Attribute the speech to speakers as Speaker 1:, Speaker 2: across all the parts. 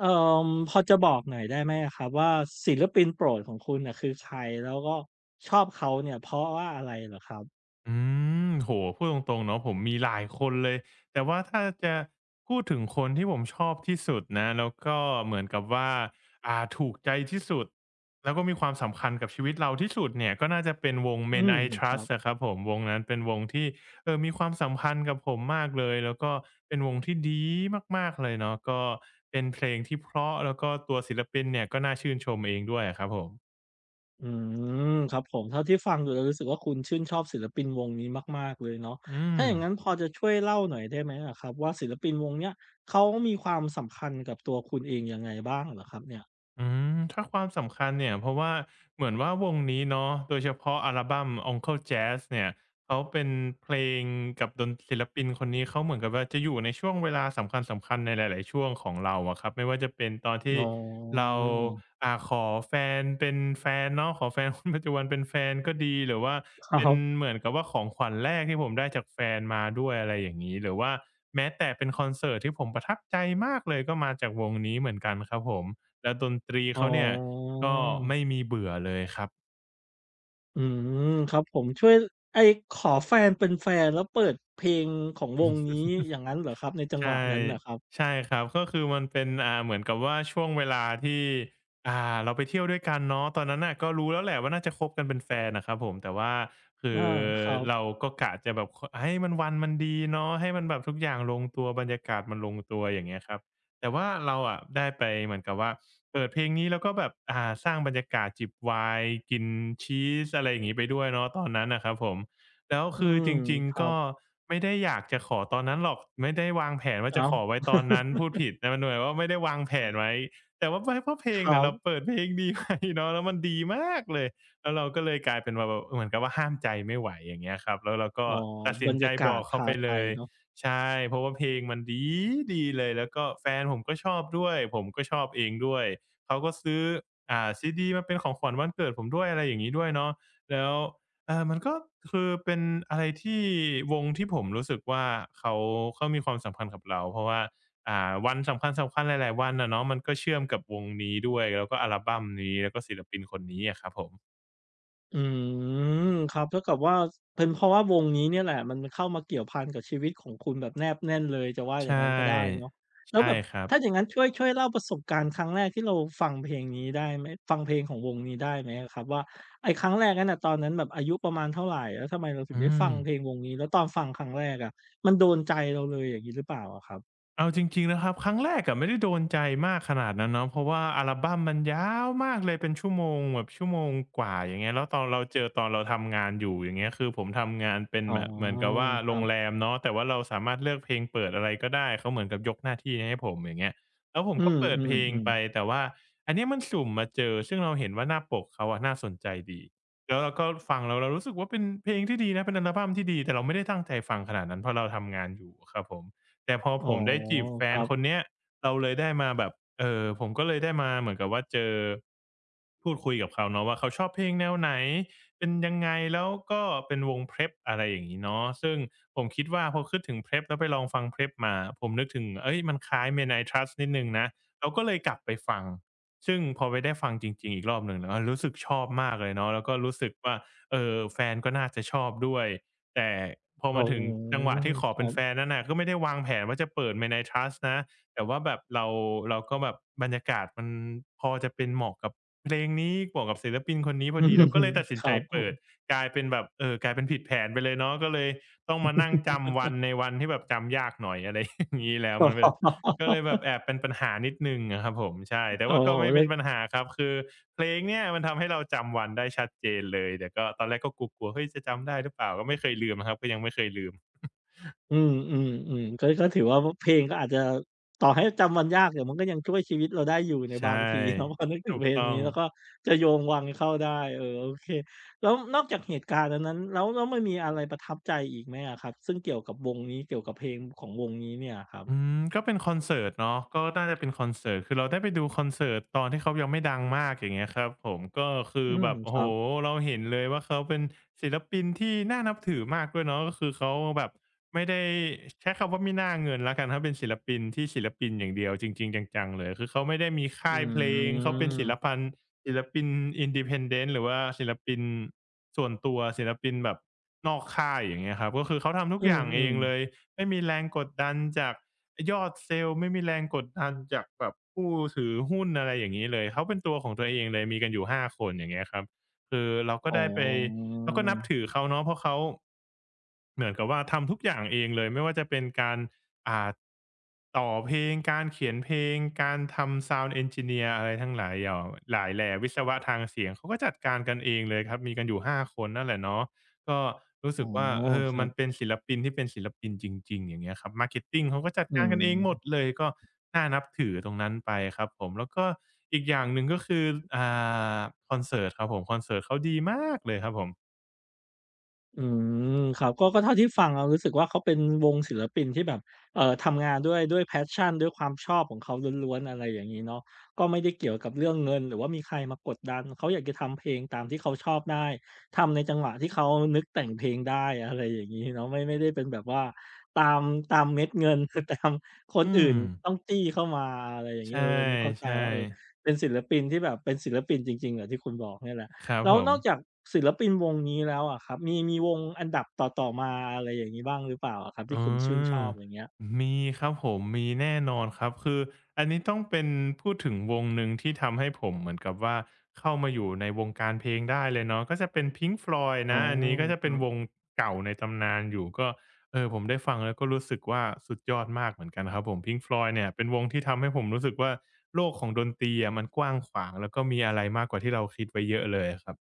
Speaker 1: เอ่อพอจะบอกหน่อยได้ไหมอะครับว่าศิลปินโปรดของคุณน่ะคือใครแล้วก็ชอบเขาเนี่ยเพราะว่าอะไรเหรอครับ
Speaker 2: อืโห้พูดตรงๆเนาะผมมีหลายคนเลยแต่ว่าถ้าจะพูดถึงคนที่ผมชอบที่สุดนะแล้วก็เหมือนกับว่าถูกใจที่สุดแล้วก็มีความสำคัญกับชีวิตเราที่สุดเนี่ยก็น่าจะเป็นวง
Speaker 1: อื
Speaker 2: Men
Speaker 1: ม
Speaker 2: I
Speaker 1: ครับ
Speaker 2: Trust อะครับผมวงนั้นเป็นวงที่มีความสัมพันธ์กับผมมากเลยแล้วก็เป็นวงที่ดีมากๆเลยเนาะก็เป็นเพลงที่เพราะแล้วก็ตัวศิลปินเนี่ยก็น่าชื่นชมเองด้วยอะครับผม
Speaker 1: อืมครับผมเท่าที่ฟังดูแล้วรู้สึกว่าคุณชื่นชอบศิลปินวงนี้มากๆเลยเนาะ
Speaker 2: อืม
Speaker 1: ถ้าอย่างงั้นพอจะช่วยเล่าหน่อยได้ไหมอะครับว่าศิลปินวงเนี้ยเขามีความสำคัญกับตัวคุณเองยังไงบ้างเหรอครับเนี่ย
Speaker 2: อืถ้าความสำคัญเนี่ยเพราะว่าเหมือนว่าวงนี้เนาะโดยเฉพาะอัลบั้ม Uncle Jazz เนี่ยเขาเป็นเพลงกับดนศิลปินคนนี้เขาเหมือนกับว่าจะอยู่ในช่วงเวลาสำคัญสัำคๆในหลายๆช่วงของเราอะครับไม่ว่าจะเป็นตอนที่
Speaker 1: อ๋
Speaker 2: เรา
Speaker 1: อ
Speaker 2: ขอแฟนเป็นแฟนเนาะขอแฟนคนปัจจุบันเป็น แฟนก็ดีหรือว่า
Speaker 1: ค
Speaker 2: เป็น
Speaker 1: รับ
Speaker 2: เหมือนกับว่าของขวัญแรกที่ผมได้จากแฟนมาด้วยอะไรอย่างนี้หรือว่าแม้แต่เป็นคอนเสิร์ตที่ผมประทับใจมากเลยก็มาจากวงนี้เหมือนกันครับผม แล้วดนตรี
Speaker 1: อ๋อ
Speaker 2: เขาเนี่ยก็ไม่มีเบื่อเลยครับ
Speaker 1: อืมครับผมช่วยไอ้ขอแฟนเป็นแฟนแล้วเปิดเพลงของว
Speaker 2: อื
Speaker 1: งนี้
Speaker 2: ม
Speaker 1: อย่างงั้นเหรอครับในจังหวะ
Speaker 2: ใช่
Speaker 1: นั้นน่ะครับ
Speaker 2: ใช่ครับก็คือมันเป็นเหมือนกับว่าช่วงเวลาที่อ่าเราไปเที่ยวด้วยกันเนาะตอนนั้นน่ะก็รู้แล้วแหละว่าน่าจะคบกันเป็นแฟนอะครับผมแต่ว่าคื
Speaker 1: อา
Speaker 2: อ
Speaker 1: ครั
Speaker 2: เรา
Speaker 1: บ
Speaker 2: ก็กะจะแบบคให้มันวันมันดีเนาะให้มันแบบทุกอย่างลงตัวบรรยากาศมันลงตัวอย่างเงี้ยครับแต่ว่าเราอะได้ไปเหมือนกับว่าเปิดเพลงนี้แล้วก็แบบสร้างบรรยากาศจิบไวน์กินชีสอะไรอย่างงี้ไปด้วยเนาะตอนนั้นน่ะครับผม แล้ว
Speaker 1: อื
Speaker 2: คือ
Speaker 1: ม
Speaker 2: จริง
Speaker 1: ค
Speaker 2: ๆ
Speaker 1: รับ
Speaker 2: ก็ไม่ได้อยากจะขอตอนนั้นหรอกไม่ได้วางแผนว่าจะ
Speaker 1: อ้าว
Speaker 2: ขอไว้ตอนนั้นพูดผิดแต่มันเหมือนว่าไม่ได้วางแผนไว้แต่ว่าไม่เพราะเพล
Speaker 1: ค
Speaker 2: ง
Speaker 1: รั
Speaker 2: เนี่ยเราเปิ
Speaker 1: บ
Speaker 2: ดเพลงดีไปเนาะแล้วมันดีมากเลยแล้วเราก็เลยกลายเป็นว่าแบบเหมือนกับว่าห้ามใจไม่ไหวอย่างเงี้ยครับแล้วเราก็
Speaker 1: อ๋อ
Speaker 2: ตัด
Speaker 1: บ
Speaker 2: สิ
Speaker 1: ร
Speaker 2: น
Speaker 1: ร
Speaker 2: ใจ
Speaker 1: ยา
Speaker 2: บ
Speaker 1: กา
Speaker 2: อ
Speaker 1: ศ
Speaker 2: กเขา
Speaker 1: พา
Speaker 2: ไป
Speaker 1: ไป
Speaker 2: เลย
Speaker 1: เนาะ
Speaker 2: ใช่เพราะว่าเพลงมันดี๊ดีเลยแล้วก็แฟนผมก็ชอบด้วยผมก็ชอบเองด้วยเขาก็ซื้อซีดีมาเป็นของขวัญวันเกิดผมด้วยอะไรอย่างงี้ด้วยเนาะแล้ว มันก็คือเป็นอะไรที่วงที่ผมรู้สึกว่าเขาเขามีความสัมพันธ์กับเราเพราะว่าวันสำคัญๆหลายๆวันอะเนาะมันก็เชื่อมกับวงนี้ด้วยแล้วก็อัลบัมนี้แล้วก็ศิลปินคนนี้อะครับผม
Speaker 1: อืมครับเท่ากับว่าเป็นเพราะว่าวงนี้เนี่ยแหละมันเข้ามาเกี่ยวพันกับชีวิตของคุณแบบแนบแน่นเลยจะว่า
Speaker 2: ใช
Speaker 1: อย่างงั้นก็ได้
Speaker 2: ่
Speaker 1: เนาะแล้ว
Speaker 2: ใช่
Speaker 1: แบบ
Speaker 2: ครับ
Speaker 1: ถ้าอย่างงั้นช่วยช่วยเล่าประสบการณ์ครั้งแรกที่เราฟังเพลงนี้ได้ไหมฟังเพลงของวงนี้ได้ไหมอะครับว่าไอ้ครั้งแรกนั้นน่ะตอนนั้นแบบอายุประมาณเท่าไรแล้วทำไมเราถึง
Speaker 2: อื
Speaker 1: ได้
Speaker 2: ม
Speaker 1: ฟังเพลงวงนี้แล้วตอนฟังครั้งแรกอะมันโดนใจเราเลยอย่างงี้หรือเปล่าอะครับ
Speaker 2: เอาจริงๆนะครับครั้งแรกอะไม่ได้โดนใจมากขนาดนั้นเนาะเพราะว่าอัลบัมมันยาวมากเลยเป็นชั่วโมงแบบชั่วโมงกว่าอย่างเงี้ยแล้วตอนเราเจอตอนเราทำงานอยู่อย่างเงี้ยคือผมทำงานเป็น
Speaker 1: อ๋อ
Speaker 2: แบบเหมือนกับว่า
Speaker 1: ค
Speaker 2: โร
Speaker 1: รั
Speaker 2: งแร
Speaker 1: บ
Speaker 2: มเนาะแต่ว่าเราสามารถเลือกเพลงเปิดอะไรก็ได้เขาเหมือนกับยกหน้าที่ให้ผมอย่างเงี้ยแล้วผม
Speaker 1: อื
Speaker 2: ก็เปิดเพลง
Speaker 1: ม
Speaker 2: ไป
Speaker 1: ๆๆ
Speaker 2: แต่ว่าอันเนี้ยมันสุ่มมาเจอซึ่งเราเห็นว่าหน้าปกเขาอะน่าสนใจดีแล้วเราก็ฟังแล้วเรารู้สึกว่าเป็นเพลงที่ดีนะเป็นอัลบัมที่ดีแต่เราไม่ได้ตั้งใจฟังขนาดนั้นเพราะเราทำงานอยู่อะครับผม แต่พอ
Speaker 1: อ๋อ
Speaker 2: ผมได้จีบแฟ
Speaker 1: ค
Speaker 2: น
Speaker 1: รั
Speaker 2: คน
Speaker 1: บ
Speaker 2: เนี้ยเราเลยได้มาแบบผมก็เลยได้มาเหมือนกับว่าเจอพูดคุยกับเขาเนาะว่าเขาชอบเพลงแนวไหนเป็นยังไงแล้วก็เป็นวง Prep อะไรอย่างงี้เนาะซึ่งผมคิดว่าพอคิดถึง Prep แล้วไปลองฟัง Prep มาผมนึกถึงเฮ้ยมันคล้าย Men I Trust นิดหนึ่งนะเราก็เลยกลับไปฟังซึ่งพอไปได้ฟังจริงๆอีกรอบหนึ่งแล้วรู้สึกชอบมากเลยเนาะแล้วก็รู้สึกว่าเออแฟนก็น่าจะชอบด้วย แต่พอ
Speaker 1: อ๋
Speaker 2: มาถึง
Speaker 1: อ
Speaker 2: จังหวะที่ข
Speaker 1: ค
Speaker 2: อ
Speaker 1: รั
Speaker 2: เป็นแฟ
Speaker 1: บ
Speaker 2: นนั่นน่ะก็ไม่ได้วางแผนว่าจะเปิด Midnight Trust นะแต่ว่าแบบเราก็แบบบรรยากาศมันพอจะเป็นเหมาะกับเพลงนี้เหมาะกับศิลปินคนนี้พ
Speaker 1: ค
Speaker 2: อ
Speaker 1: รับ
Speaker 2: ดีเราก็เลยตัด สิ
Speaker 1: ค
Speaker 2: นใจ
Speaker 1: รับผ
Speaker 2: เปิ
Speaker 1: ม
Speaker 2: ดกลายเป็นแบบกลายเป็นผิดแผนไปเลยเนาะก็เลยต้องมานั่งจำวันในวันที่แบบจำยากหน่อยอะไรอย่างงี้แล้ว
Speaker 1: อ๋
Speaker 2: มันก็
Speaker 1: อ
Speaker 2: ก็เลยแบบแอบเป็นปัญหานิดหนึ่งอะครับผมใช่แต่
Speaker 1: โอ๋อ
Speaker 2: ว่าก็ไม่
Speaker 1: เฮ
Speaker 2: เป็
Speaker 1: ย
Speaker 2: นปัญหาครับคือ เพลงเนี่ยมันทำให้เราจำวันได้ชัดเจนเลยแต่ก็ตอนแรกก็กลัวๆเฮ้ยจะจำได้หรือเปล่าก็ไม่เคยลืมอะครับก็ยังไม่เคยลืม
Speaker 1: อืมๆๆก็ก็ถือว่าวเพลงก็อาจจะต่อให้จำมันยากแต่มันก็ยังช่วยชีวิตเราได้อยู่ในบา
Speaker 2: ใช่
Speaker 1: งที เนาะพอนึกถึง
Speaker 2: ถูก
Speaker 1: เพลง
Speaker 2: ต้อง
Speaker 1: นี้แล้วก็จะโยงวังเข้าได้เออโอเคแล้วนอกจากเหตุการณ์อันนั้นแล้วแล้วมันมีอะไรประทับใจอีกไหมอะครับซึ่งเกี่ยวกับวงนี้เกี่ยวกับเพลงของวงนี้เนี่ยอะครับ
Speaker 2: อืมก็เป็นคอนเสิร์ตเนาะก็น่าจะเป็นคอนเสิร์ตคือเราได้ไปดูคอนเสิร์ตตอนที่เขายังไม่ดังมากอย่างเงี้ยครับผมก็คือ
Speaker 1: อืม
Speaker 2: แบบ
Speaker 1: ค
Speaker 2: โอ้โฮ
Speaker 1: รับ
Speaker 2: เราเห็นเลยว่าเขาเป็นศิลปินที่น่านับถือมากด้วยเนาะก็คือเขาแบบไม่ได้ใช้คำว่าไม่น่าเงินแล้วกันถ้าเป็นศิลปินที่ศิลปินอย่างเดียวจริงๆจังๆเลยคือเขาไม่ได้มี
Speaker 1: อื
Speaker 2: ค่ายเพลงเขาเป็นศิล
Speaker 1: ม
Speaker 2: ปันศิลปิน Independent หรือว่าศิลปินส่วนตัวศิลปินแบบนอกค่ายอย่างเงี้ยครับก็คือเขาทำทุก
Speaker 1: อื
Speaker 2: อย่างเอ
Speaker 1: ม
Speaker 2: งเลย
Speaker 1: ๆ
Speaker 2: ไม่มีแรงกดดันจากยอดเซลล์ไม่มีแรงกดดันจากแบบผู้ถือหุ้นอะไรอย่างงี้เลยเขาเป็นตัวของตัวเองเลยมีกันอยู่5คนอย่างเงี้ยครับคือเราก็
Speaker 1: อ๋อ
Speaker 2: ได้ไปเราก็นับถือเขาเนาะเพราะเขา เหมือนกับว่าทำทุกอย่างเองเลยไม่ว่าจะเป็นการอ่าต่อเพลงการเขียนเพลงการทำ Sound Engineer อะไรทั้งหลายหย่อหลายแหล่วิศวะทางเสียงเขาก็จัดการกันเองเลยครับมีกันอยู่5คนนั่นแหละเนาะก็รู้
Speaker 1: อ๋
Speaker 2: สึ
Speaker 1: อ
Speaker 2: กว่าเออ
Speaker 1: ครั
Speaker 2: มั
Speaker 1: บ
Speaker 2: นเป็นศิลปินที่เป็นศิลปินจริงๆอย่างเงี้ยครับ Marketing เขาก็จัด
Speaker 1: อื
Speaker 2: การกันเองหมด
Speaker 1: ม
Speaker 2: เลยก็น่านับถือตรงนั้นไปครับผมแล้วก็อีกอย่างหนึ่งก็คืออ่าคอนเสิร์ตครับผมคอนเสิร์ตเขาดีมากเลยครับผม
Speaker 1: อืมครับก็ก็เท่าที่ฟังเรารู้สึกว่าเขาเป็นวงศิลปินที่แบบทำงานด้วยด้วย passion ด้วยความชอบของเขาล้วนๆอะไรอย่างงี้เนาะก็ไม่ได้เกี่ยวกับเรื่องเงินหรือว่ามีใครมากดดันเขาอยากจะทำเพลงตามที่เขาชอบได้ทำในจังหวะที่เขานึกแต่งเพลงได้อะไรอย่างงี้เนาะไม่ได้เป็นแบบว่าตามตามเม็ดเงิน ตามคน
Speaker 2: อื
Speaker 1: อื่
Speaker 2: ม
Speaker 1: นต้องจี้เข้ามาอะไรอย่าง
Speaker 2: ใช
Speaker 1: งี้เอออันนี้เข้าใจ
Speaker 2: ่
Speaker 1: ว่าเออ
Speaker 2: ๆ
Speaker 1: เป็นศิลปินที่แบบเป็นศิลปินจริงๆแบบที่คุณบอกเนี่ยแหละ
Speaker 2: ครับ
Speaker 1: แล้
Speaker 2: ผ
Speaker 1: วนอกจาก
Speaker 2: ม
Speaker 1: ศิลปินวงนี้แล้วอะครับมีวงอันดับต่อๆมาอะไรอย่างงี้บ้างหรือเปล่าอะครับที่
Speaker 2: อ๋
Speaker 1: คุณชื่นช
Speaker 2: อ
Speaker 1: อบอย่างเงี้ย
Speaker 2: มีครับผม มีแน่นอนครับ คืออันนี้ต้องเป็นพูดถึงวงหนึ่งที่ทำให้ผมเหมือนกับว่าเข้ามาอยู่ในวงการเพลงได้เลยเนาะก็จะเป็น Pink Floyd
Speaker 1: อ๋อ
Speaker 2: นะ อันนี้ก็จะ
Speaker 1: ค
Speaker 2: เป็
Speaker 1: รั
Speaker 2: นวง
Speaker 1: บ
Speaker 2: เก่าในตำนานอยู่ ก็เออผมได้ฟังแล้วก็รู้สึกว่าสุดยอดมากเหมือนกันครับผม Pink Floyd เนี่ยเป็นวงที่ทำให้ผมรู้สึกว่าโลกของดนตรีอะมันกว้างขวางแล้วก็มีอะไรมากกว่าที่เราคิดไว้เยอะเลยอะครับ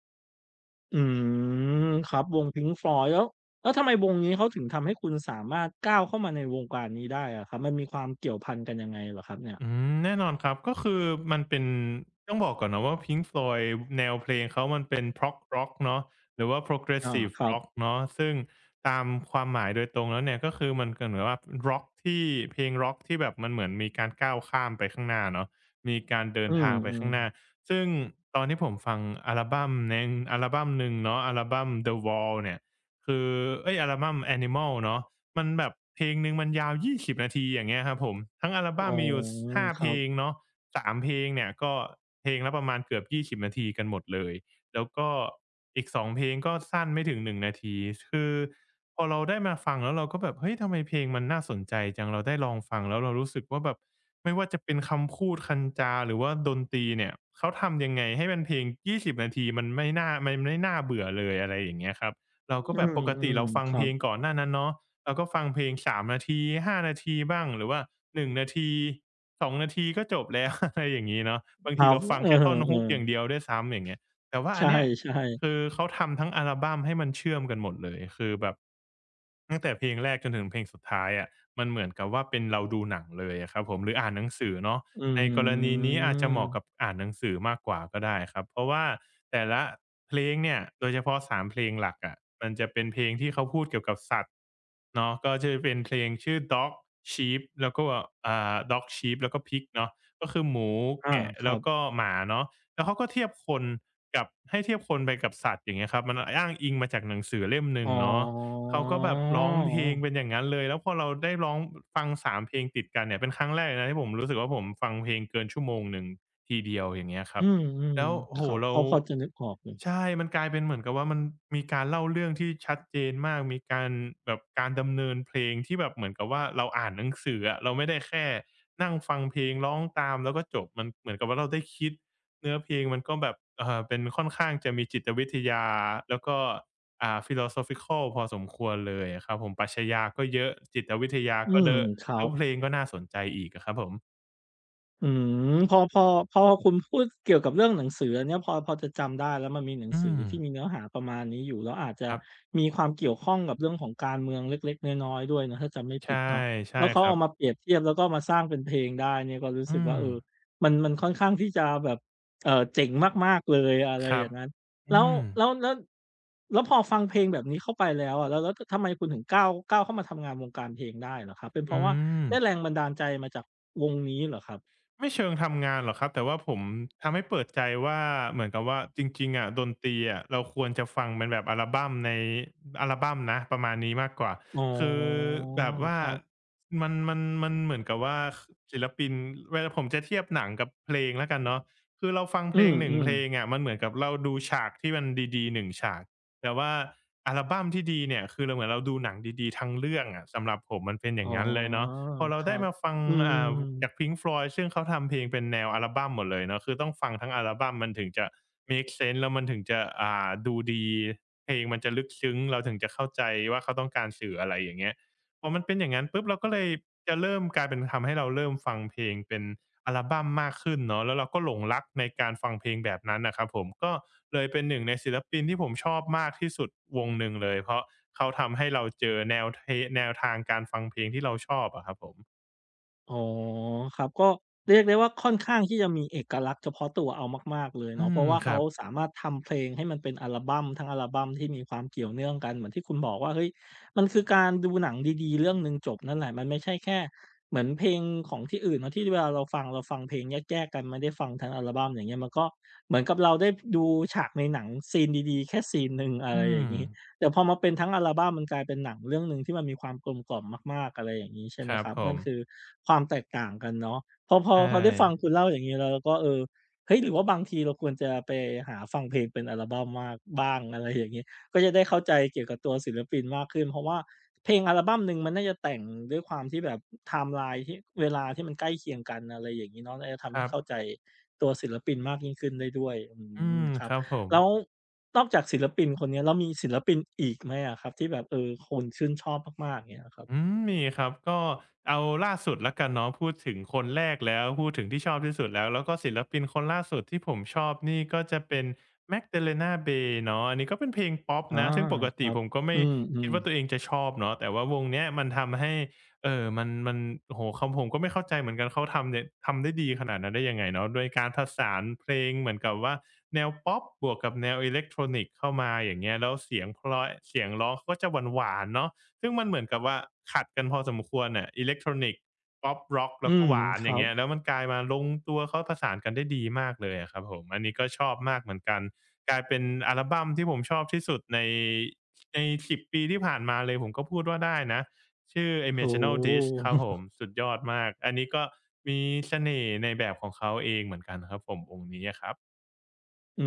Speaker 1: อืมครับวง Pink Floyd แล้วแล้วทำไมวงนี้เขาถึงทำให้คุณสามารถก้าวเข้ามาในวงการนี้ได้อะครับมันมีความเกี่ยวพันกันยังไงเหรอครับเนี่ย
Speaker 2: อืมแน่นอนครับก็คือมันเป็นต้องบอกก่อนนะว่า Pink Floyd แนวเพลงเขามันเป็น Prog Rock เนาะหรือว่า
Speaker 1: อา
Speaker 2: Progressive
Speaker 1: ครับ
Speaker 2: Rock เนาะซึ่งตามความหมายโดยตรงแล้วเนี่ยก็คือมันก็เหมือนว่าร็อกที่เพลงร็อกที่แบบมันเหมือนมีการก้าวข้ามไปข้างหน้าเนาะมีการเดิ
Speaker 1: อื
Speaker 2: นทางไป
Speaker 1: ม
Speaker 2: ข้างหน้า
Speaker 1: ๆ
Speaker 2: ซึ่งตอนที่ผมฟังอัลบัมแนงอัลบัมหนึ่งเนาะอัลบัม The Wall เนี่ยคือเอยอัลบัม Animal เนาะ มันแบบเพลงหนึ่งมันยาวยี่สิบนาทีอย่างเงี้ยครับผมทั้งอัล
Speaker 1: อ๋
Speaker 2: บั
Speaker 1: อ
Speaker 2: มมีอยู่สห้า
Speaker 1: ค
Speaker 2: เพ
Speaker 1: รั
Speaker 2: ล
Speaker 1: บ
Speaker 2: งเนาะสามเพลงเนี่ยก็เพลงละประมาณเกือบยี่สิบนาทีกันหมดเลยแล้วก็อีกสองเพลงก็สั้นไม่ถึงหนงนาทีคือพอเราได้มาฟังแล้วเราก็แบบเฮ้ยทำไมเพลงมันน่าสนใจจังเราได้ลองฟังแล้วเรารู้สึกว่าแบบไม่ว่าจะเป็นคำพูดคำจาหรือว่าดนตรีเนี่ยเขาทำยังไงให้มันเพลงยี่สิบนาทีมันไม่น่ามันไม่น่าเบื่อเลยอะไรอย่างเงี้ยครับเราก็แบ
Speaker 1: อื
Speaker 2: บปกติ
Speaker 1: ม
Speaker 2: เราฟั
Speaker 1: ๆ
Speaker 2: ง
Speaker 1: ครั
Speaker 2: เพล
Speaker 1: บ
Speaker 2: งก่อนหน้านั้นเนาะ เราก็ฟังเพลง3นาที5นาทีบ้างหรือว่า1นงนาที2นาทีก็จบแล้ว อะไรอย่างงี้เนาะบาง
Speaker 1: ค
Speaker 2: ที
Speaker 1: รับ
Speaker 2: เราฟัง
Speaker 1: เอ
Speaker 2: แค่ท่อน Hook
Speaker 1: อ
Speaker 2: อย่างเดียวด้วยซ้ำอย่างเงี้ยแต่ว่า
Speaker 1: ๆใช
Speaker 2: อันเนี้ย
Speaker 1: ่ๆ
Speaker 2: คือเขาทำทั้งอัลบัมให้มันเชื่อมกันหมดเลยคือแบบ ตั้งแต่เพลงแรกจนถึงเพลงสุดท้ายอะมันเหมือนกับว่าเป็นเราดูหนังเลยอะครับผมหรืออ่านหนังสือเนาะ
Speaker 1: อื
Speaker 2: ในกรณีนี้
Speaker 1: ม
Speaker 2: อาจจะเหมาะกับอ่านหนังสือมากกว่าก็ได้ครับเพราะว่าแต่ละเพลงเนี่ยโดยเฉพาะสามเพลงหลักอะมันจะเป็นเพลงที่เขาพูดเกี่ยวกับสัตว์เนาะก็จะเป็นเพลงชื่อ Dog Sheep แล้วก็Dog Sheep แล้วก็ Pig เนาะก็คือหมู
Speaker 1: อา
Speaker 2: แกะ
Speaker 1: ค
Speaker 2: แล้
Speaker 1: รั
Speaker 2: ว
Speaker 1: บ
Speaker 2: ก็หมาเนาะแล้วเขาก็เทียบคนกับให้เทียบคนไปกับสัตว์อย่างเงี้ยครับมันอ้างอิงมาจากหนังสือเล่มห
Speaker 1: อ๋
Speaker 2: นึ่
Speaker 1: อ
Speaker 2: งเนาะ เขาก็แบบร้องเพลงเป็นอย่างนั้นเลยแล้วพอเราได้ร้องฟังสามเพลงติดกันเนี่ยเป็นครั้งแรกเลยนะที่ผมรู้สึกว่าผมฟังเพลงเกินชั่วโมงหนึ่งทีเดียวอย่างเงี้ยครั
Speaker 1: อื
Speaker 2: บ
Speaker 1: ม
Speaker 2: แล้วโอ้
Speaker 1: ๆ
Speaker 2: โฮ
Speaker 1: ครับพ
Speaker 2: เรา
Speaker 1: อพอจะนึกออกอยู่
Speaker 2: ใช่มันกลายเป็นเหมือนกับว่ามันมีการเล่าเรื่องที่ชัดเจนมากมีการแบบการดำเนินเพลงที่แบบเหมือนกับว่าเราอ่านหนังสืออะเราไม่ได้แค่นั่งฟังเพลงร้องตามแล้วก็จบมันเหมือนกับว่าเราได้คิดเนื้อเพลงมันก็แบบเป็นค่อนข้างจะมีจิตวิทยาแล้วก็ philosophical พอสมควรเลยอะครับผมปรัชญาก็เยอะจิตวิทยา
Speaker 1: อื
Speaker 2: ก็เด
Speaker 1: ม
Speaker 2: อะ
Speaker 1: ครั
Speaker 2: แล้ว
Speaker 1: บ
Speaker 2: เพลงก็น่าสนใจอีกอะครับผม
Speaker 1: อืมพอคุณพูดเกี่ยวกับเรื่องหนังสืออันเนี้ยพอจะจำได้แล้วมันมีหนัง
Speaker 2: อื
Speaker 1: สือ
Speaker 2: ม
Speaker 1: ที่มีเนื้อหาประมาณนี้อยู่แล้วอาจจะ
Speaker 2: ครับ
Speaker 1: มีความเกี่ยวข้องกับเรื่องของการเมืองเล็กๆน้อยๆด้วยเนาะถ้าจำไม่ผิ
Speaker 2: ใช่
Speaker 1: ดเนาะ
Speaker 2: ใช่
Speaker 1: แล้วเขา
Speaker 2: ครั
Speaker 1: เอามา
Speaker 2: บ
Speaker 1: เปรียบเทียบแล้วก็มาสร้างเป็นเพลงได้เนี่ยก็รู้สึ
Speaker 2: อื
Speaker 1: กว่า
Speaker 2: ม
Speaker 1: เออมันมันค่อนข้างที่จะแบบเจ๋งมากๆเลยอะไร
Speaker 2: ค
Speaker 1: อ
Speaker 2: รับ
Speaker 1: ย่างงั้น
Speaker 2: อื
Speaker 1: แล้ว
Speaker 2: ม
Speaker 1: แล้วแล้วแล้วพอฟังเพลงแบบนี้เข้าไปแล้วอะแล้วททำไมคุณถึงก้าวเข้ามาทำงานวงการเพลงได้เหรอครับเป็นเพ
Speaker 2: อื
Speaker 1: ราะว่า
Speaker 2: ม
Speaker 1: ได้แรงบันดาลใจมาจากวงนี้เหรอครับ
Speaker 2: ไม่เชิงทำงานหรอกครับแต่ว่าผมทำให้เปิดใจว่าเหมือนกับว่าจริงๆอะดนตรีอะเราควรจะฟังเป็นแบบอัลบัมในอัลบัมนะประมาณนี้มากกว่า
Speaker 1: อ๋อ
Speaker 2: คือแบบว่า
Speaker 1: ครับ
Speaker 2: มันเหมือนกับว่าคศิลปินเวลาผมจะเทียบหนังกับเพลงแล้วกันเนาะคือเราฟังเพ
Speaker 1: อื
Speaker 2: ลงหนึ่งเพ
Speaker 1: ม
Speaker 2: ลง
Speaker 1: ๆ
Speaker 2: อะมันเหมือนกับเราดูฉากที่มันดีๆหนึ่งฉากแต่ว่าอัลบัมที่ดีเนี่ยคือเราเหมือนเราดูหนังดีๆทั้งเรื่องอะสำหรับผมมันเป็นอ
Speaker 1: อ๋อ
Speaker 2: ย่างงั้นเลยเนาะ พอเรา
Speaker 1: ครั
Speaker 2: ได้
Speaker 1: บ
Speaker 2: มาฟัง
Speaker 1: อืม
Speaker 2: อ่าจาก Pink Floyd ซึ่งเขาทำเพลงเป็นแนวอัลบัมหมดเลยเนาะคือต้องฟังทั้งอัลบัมมันถึงจะ a ม e เซนส์แล้วมันถึงจะดูดี เพลงมันจะลึกซึ้ง เราถึงจะเข้าใจว่าเขาต้องการสื่ออะไรอย่างเงี้ยพอมันเป็นอย่างงั้นปุ๊บเราก็เลยจะเริ่มกลายเป็นทำให้เราเริ่มฟังเพลงเป็น อัลบัมมากขึ้นเนาะแล้วเราก็หลงรักในการฟังเพลงแบบนั้นน่ะครับผมก็เลยเป็นหนึ่งในศิลปินที่ผมชอบมากที่สุดวงหนึ่งเลยเพราะเขาทำให้เราเจอแนวเทแนวทางการฟังเพลงที่เราชอบอะครับผม
Speaker 1: อ๋อครับก็เรียกได้ว่าค่อนข้างที่จะมีเอกลักษณ์เฉพาะตัวเอามากๆเลย
Speaker 2: อื
Speaker 1: เนาะเพ
Speaker 2: ม
Speaker 1: ราะว่า
Speaker 2: ครั
Speaker 1: เขา
Speaker 2: บ
Speaker 1: สามารถทำเพลงให้มันเป็นอัลบัมทั้งอัลบัมที่มีความเกี่ยวเนื่องกันเหมือนที่คุณบอกว่าเฮ้ยมันคือการดูหนังดีๆเรื่องหนึ่งจบนั่นแหละมันไม่ใช่แค่เหมือนเพลงของที่อื่นเนาะที่เวลาเราฟังเราฟังเพลงแยกๆกันไม่ได้ฟังทั้งอัลบัมอย่างเงี้ยมันก็เหมือนกับเราได้ดูฉากในหนังซีนดีๆแค่ซีนหนึ่งอะไร
Speaker 2: อื
Speaker 1: อย่า
Speaker 2: ม
Speaker 1: งงี้ แต่พอมาเป็นทั้งอัลบัมมันกลายเป็นหนังเรื่องหนึ่งที่มันมีความกลมกล่อมมากๆอะไรอย่างนี้ใช่
Speaker 2: ค
Speaker 1: ไหม
Speaker 2: รั
Speaker 1: ค
Speaker 2: บ
Speaker 1: รับ
Speaker 2: ผ
Speaker 1: นั่
Speaker 2: ม
Speaker 1: นคือความแตกต่างกันเนาะพอพอ
Speaker 2: ใช่
Speaker 1: พอได้ฟังคุณเล่าอย่างงี้แล้วเราก็เออเฮ้ยหรือว่าบางทีเราควรจะไปหาฟังเพลงเป็นอัลบัมมากบ้างอะไรอย่างงี้ก็จะได้เข้าใจเกี่ยวกับตัวศิลปินมากขึ้นเพราะว่าเพลงอัลบัมหนึ่งมันน่าจะแต่งด้วยความที่แบบไทม์ไลน์ที่เวลาที่มันใกล้เคียงกันอะไรอย่างงี้เนาะน่าจะ
Speaker 2: ค
Speaker 1: ทำให้
Speaker 2: รั
Speaker 1: เข้า
Speaker 2: บ
Speaker 1: ใจตัวศิลปินมากยิ่งขึ้นได้ด้วยอื
Speaker 2: อื
Speaker 1: ม
Speaker 2: ม
Speaker 1: ครั
Speaker 2: ค
Speaker 1: บ
Speaker 2: รับผม
Speaker 1: แล้วนอกจากศิลปินคนเนี้ยแล้วมีศิลปินอีกไหมอะครับที่แบบเออคนชื่นชอบมากๆอย่างเงี้ยครับ
Speaker 2: อืมมีครับก็เอาล่าสุดแล้วกันเนาะพูดถึงคนแรกแล้วพูดถึงที่ชอบที่สุดแล้วแล้วก็ศิลปินคนล่าสุดที่ผมชอบนี่ก็จะเป็น Magdalena Bay เนาะอันนี้ก็เป็นเพลงป๊อป
Speaker 1: อา
Speaker 2: นะซึ่งปก
Speaker 1: ค
Speaker 2: ติ
Speaker 1: รับ
Speaker 2: ผมก็ไม่
Speaker 1: อื
Speaker 2: คิด
Speaker 1: ม
Speaker 2: ว่าตัวเอ
Speaker 1: ๆ
Speaker 2: งจะชอบเนาะแต่ว่าวงเนี้ยมันทำให้เออมันมันโหคำผมก็ไม่เข้าใจเหมือนกันเขาทำเนี่ยทำได้ดีขนาดนั้นได้ยังไงเนาะโดยการผสานเพลงเหมือนกับว่าแนวป๊อปบวกกับแนวอิเล็กทรอนิกเข้ามาอย่างเงี้ยแล้วเสียงเพราะเสียงร้องเขาก็จะหวานๆเนาะ ซึ่งมันเหมือนกับว่าขัดกันพอสมควรน่ะอิเล็กทรอนิกส์ป๊อปร็อก
Speaker 1: อื
Speaker 2: แล้วก็
Speaker 1: ม
Speaker 2: หวาน
Speaker 1: ค
Speaker 2: อ
Speaker 1: รั
Speaker 2: ย่าง
Speaker 1: บ
Speaker 2: เงี้ยแล้วมันกลายมาลงตัวเขาประสานกันได้ดีมากเลยอะครับผมอันนี้ก็ชอบมากเหมือนกันกลายเป็นอัลบัมที่ผมชอบที่สุดใน10ปีที่ผ่านมาเลยผมก็พูดว่าได้นะชื่อ
Speaker 1: โอ้โ
Speaker 2: Emotional Disc
Speaker 1: ฮ
Speaker 2: ครับผมสุดยอดมากอันนี้ก็มีเสน่ห์ในแบบของเขาเองเหมือนกันครับผมวงนี้อะครับ
Speaker 1: อื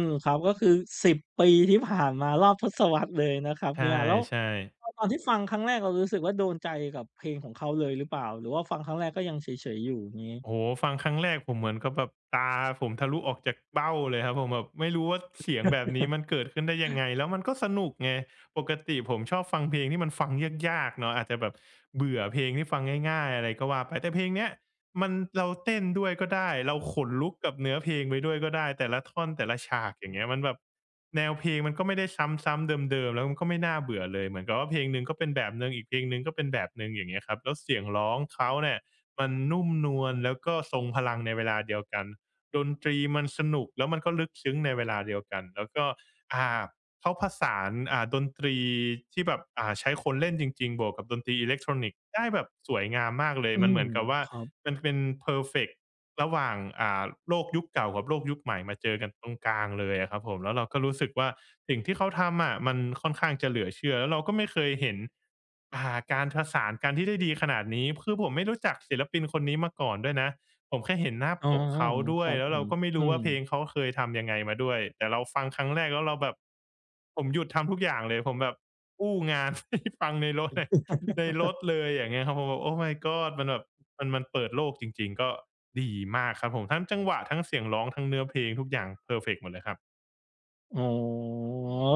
Speaker 1: มครับก็คือสิบปีที่ผ่านมารอบทศวรรษเลยนะครับ
Speaker 2: ใช
Speaker 1: เนี่ยแล้ว
Speaker 2: ่
Speaker 1: ตอ
Speaker 2: ๆ
Speaker 1: นตอนที่ฟังครั้งแรกเรารู้สึกว่าโดนใจกับเพลงของเขาเลยหรือเปล่าหรือว่าฟังครั้งแรกก็ยังเฉยๆอยู่งี้
Speaker 2: โอ้โฮฟังครั้งแรกผมเหมือนกับแบบตาผมทะลุออกจากเบ้าเลยครับผมแบบไม่รู้ว่าเสียงแบบนี้มันเกิดขึ้นได้ยังไงแล้วมันก็สนุกไงปกติผมชอบฟังเพลงที่มันฟังยากๆเนาะอาจจะแบบเบื่อเพลงที่ฟังง่ายๆอะไรก็ว่าไปแต่เพลงเนี้ยมันเราเต้นด้วยก็ได้เราขนลุกกับเนื้อเพลงไปด้วยก็ได้แต่ละท่อนแต่ละฉากอย่างเงี้ยมันแบบแนวเพลงมันก็ไม่ได้ซ้ำๆเดิมๆแล้วมันก็ไม่น่าเบื่อเลยเหมือนกับว่าเพลงหนึ่งก็เป็นแบบหนึ่งอีกเพลงหนึ่งก็เป็นแบบหนึ่งอย่างเงี้ยครับแล้วเสียงร้องเขาเนี่ย มันนุ่มนวลแล้วก็ทรงพลังในเวลาเดียวกันดนตรีมันสนุกแล้วมันก็ลึกซึ้งในเวลาเดียวกันแล้วก็อ่าเขาผสานดนตรีที่แบบใช้คนเล่นจริงๆบวกกับดนตรีอิเล็กทรอนิกส์ได้แบบสวยงามมากเลย
Speaker 1: อื
Speaker 2: มันเห
Speaker 1: ม
Speaker 2: มือนกับว่า
Speaker 1: ครับ
Speaker 2: มันเป็นเพอร์เฟกต์ ระหว่างโลกยุคเก่ากับโลกยุคใหม่มาเจอกันตรงกลางเลยอะครับผมแล้วเราก็รู้สึกว่าสิ่งที่เขาทำอะมันค่อนข้างจะเหลือเชื่อแล้วเราก็ไม่เคยเห็นการผสานกันที่ได้ดีขนาดนี้คือผมไม่รู้จักศิลปินคนนี้มาก่อนด้วยนะผมแค่เห็นหน้า
Speaker 1: อ๋อ
Speaker 2: ปกเขาด้
Speaker 1: ค
Speaker 2: วย
Speaker 1: รับ
Speaker 2: แล้
Speaker 1: ผ
Speaker 2: วเรา
Speaker 1: ม
Speaker 2: ก็ไม่
Speaker 1: อื
Speaker 2: รู้
Speaker 1: ม
Speaker 2: ว่าเพลงเขาเคยทำยังไงมาด้วยแต่เราฟังครั้งแรกแล้วเราแบบผมหยุดทำทุกอย่างเลยผมแบบอู้งาน ให้ฟังในรถเลย ในรถเลยอย่างเงี้ยครับผมแบบโอ้ my god มันแบบมันเปิดโลกจริงๆก็ดีมากครับผมทั้งจังหวะทั้งเสียงร้องทั้งเนื้อเพลงทุกอย่างเพอร์เฟกต์หมดเลยครับ
Speaker 1: อ๋อ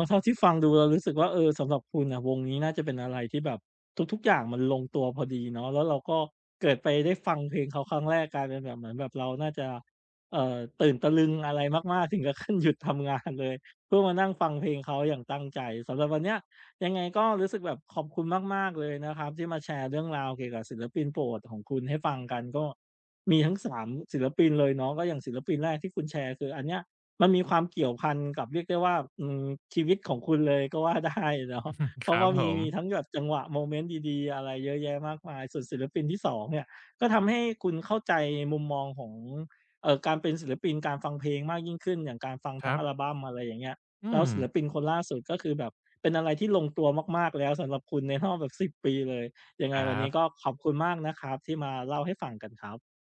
Speaker 1: เท่าที่ฟังดูเรารู้สึกว่าเออสำหรับคุณน่ะวงนี้น่าจะเป็นอะไรที่แบบทุกๆอย่างมันลงตัวพอดีเนาะแล้วเราก็เกิดไปได้ฟังเพลงเขาครั้งแรกกลายเป็นแบบเหมือนแบบเราน่าจะตื่นตะลึงอะไรมากๆถึงกับขั้นหยุดทำงานเลยเพื่อมานั่งฟังเพลงเขาอย่างตั้งใจสำหรับวันเนี้ยยังไงก็รู้สึกแบบขอบคุณมากๆเลยนะครับที่มาแชร์เรื่องราวเกี่ยวกับศิลปินโปรดของคุณให้ฟังกันก็มีทั้งสามศิลปินเลยเนาะก็อย่างศิลปินแรกที่คุณแชร์คืออันเนี้ย มันมีความเกี่ยวพันกับเรียกได้ว่าอืมชีวิตของคุณเลยก็ว่าได้ เนาะ
Speaker 2: อือฮึ
Speaker 1: เพ
Speaker 2: ค
Speaker 1: ราะ
Speaker 2: รับ
Speaker 1: ว่า
Speaker 2: ผ
Speaker 1: มี
Speaker 2: ม
Speaker 1: มีทั้งแบบจังหวะโมเมนต์ดีๆอะไรเยอะแยะมากมายส่วนศิลปินที่สองเนี่ยก็ทำให้คุณเข้าใจมุมมองของการเป็นศิลปินการฟังเพลงมากยิ่งขึ้นอย่างการฟัง
Speaker 2: ค
Speaker 1: ทั้
Speaker 2: รั
Speaker 1: ง
Speaker 2: บ
Speaker 1: อัลบัมอะไรอย่างเงี้ย
Speaker 2: อื
Speaker 1: แล้ว
Speaker 2: ม
Speaker 1: ศิลปินคนล่าสุดก็คือแบบเป็นอะไรที่ลงตัวมากๆแล้วสำหรับคุณในรอบแบบสิบปีเลยยังไง
Speaker 2: ค
Speaker 1: วั
Speaker 2: รั
Speaker 1: นนี้
Speaker 2: บ
Speaker 1: ก็ขอบคุณมากนะครับที่มาเล่าให้ฟังกันครับ